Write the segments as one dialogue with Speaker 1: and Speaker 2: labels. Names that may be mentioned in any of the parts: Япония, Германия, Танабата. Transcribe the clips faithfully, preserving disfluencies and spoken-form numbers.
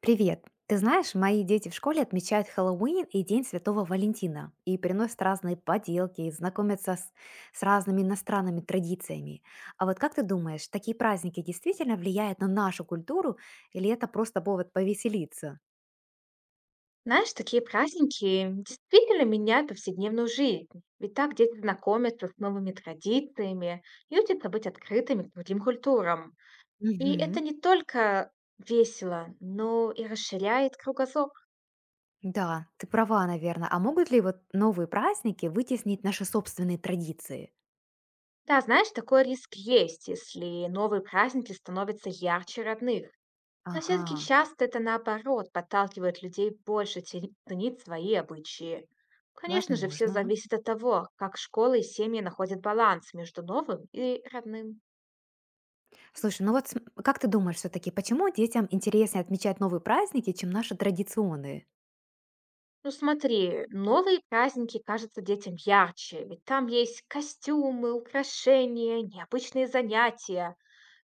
Speaker 1: Привет! Ты знаешь, мои дети в школе отмечают Хэллоуин и День Святого Валентина и приносят разные поделки и знакомятся с, с разными иностранными традициями. А вот как ты думаешь, такие праздники действительно влияют на нашу культуру или это просто повод повеселиться?
Speaker 2: Знаешь, такие праздники действительно меняют повседневную жизнь. Ведь так дети знакомятся с новыми традициями и учатся быть открытыми к другим культурам. И
Speaker 1: Мгм.
Speaker 2: это не только весело, но и расширяет кругозор.
Speaker 1: Да, ты права, наверное. А могут ли вот новые праздники вытеснить наши собственные традиции?
Speaker 2: Да, знаешь, такой риск есть, если новые праздники становятся ярче родных. Но все-таки
Speaker 1: Ага,
Speaker 2: часто это наоборот подталкивает людей больше те- ценить свои обычаи. Конечно же, все
Speaker 1: возможно.
Speaker 2: зависит от того, как школы и семьи находят баланс между новым и родным.
Speaker 1: Слушай, ну вот см- как ты думаешь все-таки, почему детям интереснее отмечать новые праздники, чем наши традиционные?
Speaker 2: Ну смотри, новые праздники кажутся детям ярче, ведь там есть костюмы, украшения, необычные занятия.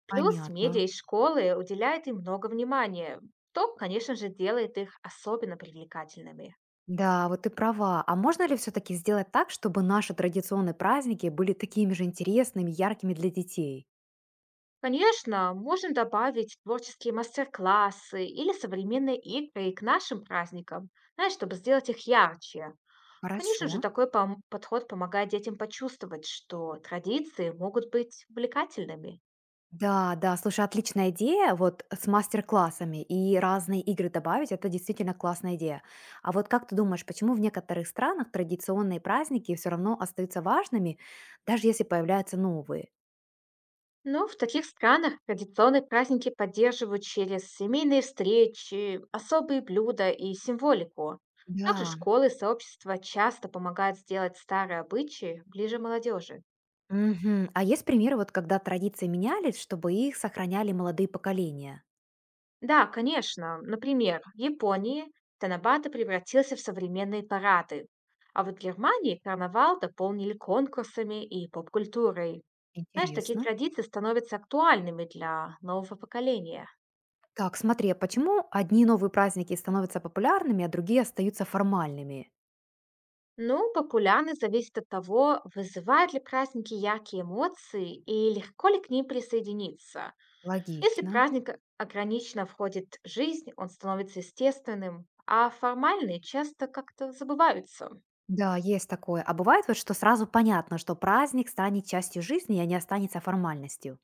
Speaker 2: Плюс медиа
Speaker 1: Понятно.
Speaker 2: и школы уделяют им много внимания, то, конечно же, делает их особенно привлекательными.
Speaker 1: Да, вот ты права. А можно ли все-таки сделать так, чтобы наши традиционные праздники были такими же интересными, яркими для детей?
Speaker 2: Конечно, можно добавить творческие мастер-классы или современные игры к нашим праздникам, знаешь, чтобы сделать их ярче. Конечно
Speaker 1: Хорошо.
Speaker 2: же, такой пом- подход помогает детям почувствовать, что традиции могут быть увлекательными.
Speaker 1: Да, да, слушай, отличная идея, вот э, с мастер-классами и разные игры добавить, это действительно классная идея. А вот как ты думаешь, почему в некоторых странах традиционные праздники все равно остаются важными, даже если появляются новые?
Speaker 2: Но в таких странах традиционные праздники поддерживают через семейные встречи, особые блюда и символику. Также
Speaker 1: Да.
Speaker 2: школы и сообщества часто помогают сделать старые обычаи ближе молодежи.
Speaker 1: Мгм. А есть примеры, вот когда традиции менялись, чтобы их сохраняли молодые поколения?
Speaker 2: Да, конечно. Например, в Японии Танабата превратился в современные парады, а вот в Германии карнавал дополнили конкурсами и поп-культурой. Знаешь, такие
Speaker 1: Интересно.
Speaker 2: традиции становятся актуальными для нового поколения.
Speaker 1: Так, смотри, а почему одни новые праздники становятся популярными, а другие остаются формальными?
Speaker 2: Ну, популярность зависит от того, вызывают ли праздники яркие эмоции и легко ли к ним присоединиться. Если
Speaker 1: Логично.
Speaker 2: праздник ограниченно входит в жизнь, он становится естественным, а формальные часто как-то забываются.
Speaker 1: Да, есть такое. А бывает вот, что сразу понятно, что праздник станет частью жизни, а не останется формальностью.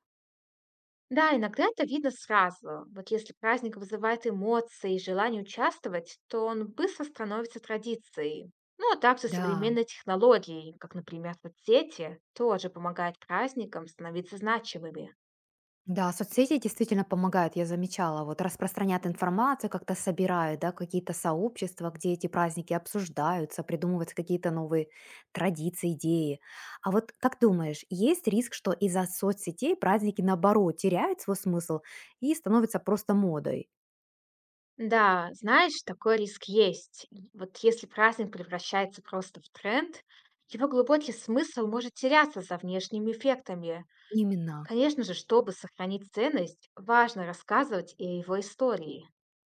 Speaker 2: Да, иногда это видно сразу. Вот если праздник вызывает эмоции и желание участвовать, то он быстро становится традицией. Ну а также
Speaker 1: Да,
Speaker 2: современные технологии, как, например, соцсети, тоже помогают праздникам становиться значимыми.
Speaker 1: да, соцсети действительно помогают, я замечала. Вот распространяют информацию, как-то собирают, да, какие-то сообщества, где эти праздники обсуждаются, придумываются какие-то новые традиции, идеи. А вот как думаешь, есть риск, что из-за соцсетей праздники, наоборот, теряют свой смысл и становятся просто модой?
Speaker 2: Да, знаешь, такой риск есть. И вот если праздник превращается просто в тренд, его глубокий смысл может теряться за внешними эффектами.
Speaker 1: Именно.
Speaker 2: Конечно же, чтобы сохранить ценность, важно рассказывать и о его истории.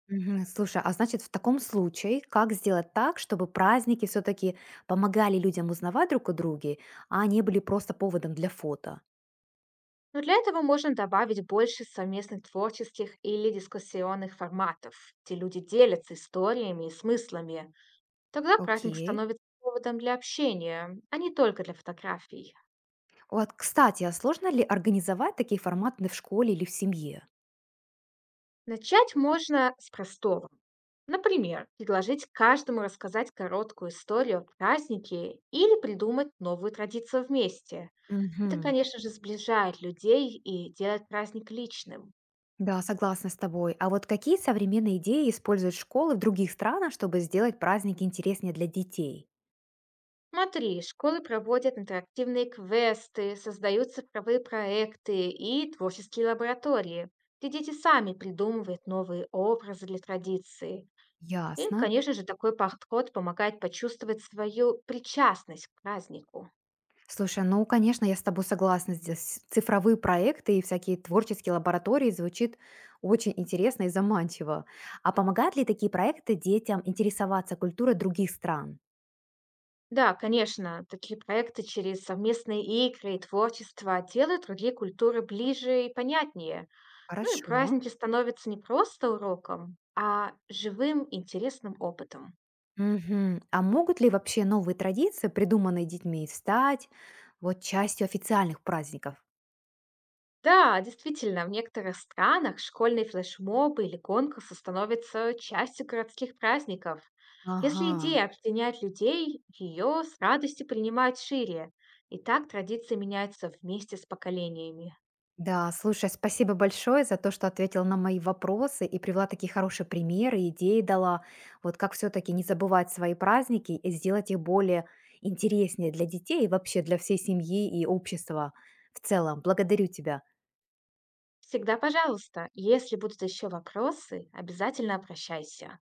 Speaker 1: Мгм. Слушай, а значит, в таком случае, как сделать так, чтобы праздники все-таки помогали людям узнавать друг о друге, а не были просто поводом для фото?
Speaker 2: Но для этого можно добавить больше совместных творческих или дискуссионных форматов, где люди делятся историями и смыслами. Тогда праздник
Speaker 1: Окей.
Speaker 2: становится поводом для общения, а не только для фотографий.
Speaker 1: Вот, кстати, а сложно ли организовать такие форматы в школе или в семье?
Speaker 2: Начать можно с простого. Например, предложить каждому рассказать короткую историю о празднике или придумать новую традицию вместе. Это,
Speaker 1: Мгм.
Speaker 2: конечно же, сближает людей и делает праздник личным.
Speaker 1: Да, согласна с тобой. А вот какие современные идеи используют школы в других странах, чтобы сделать праздники интереснее для детей?
Speaker 2: Смотри, школы проводят интерактивные квесты, создают цифровые проекты и творческие лаборатории, где дети сами придумывают новые образы для традиции. Им,
Speaker 1: Ясно.
Speaker 2: конечно же, такой подход помогает почувствовать свою причастность к празднику.
Speaker 1: Слушай, ну, конечно, я с тобой согласна. Здесь цифровые проекты и всякие творческие лаборатории звучит очень интересно и заманчиво. А помогают ли такие проекты детям интересоваться культурой других стран?
Speaker 2: Да, конечно, такие проекты через совместные игры и творчество делают другие культуры ближе и понятнее. Ну и
Speaker 1: Хорошо.
Speaker 2: праздники становятся не просто уроком, а живым интересным опытом.
Speaker 1: Мгм. А могут ли вообще новые традиции, придуманные детьми, стать вот частью официальных праздников?
Speaker 2: Да, действительно, в некоторых странах школьные флешмобы или конкурсы становятся частью городских праздников.
Speaker 1: Ага.
Speaker 2: Если идея объединяет людей, ее с радостью принимают шире. И так традиции меняются вместе с поколениями.
Speaker 1: Да, слушай, спасибо большое за то, что ответил на мои вопросы и привела такие хорошие примеры, идеи дала. Вот как все-таки не забывать свои праздники и сделать их более интереснее для детей и вообще для всей семьи и общества в целом. Благодарю тебя.
Speaker 2: Всегда пожалуйста, если будут еще вопросы, обязательно обращайся.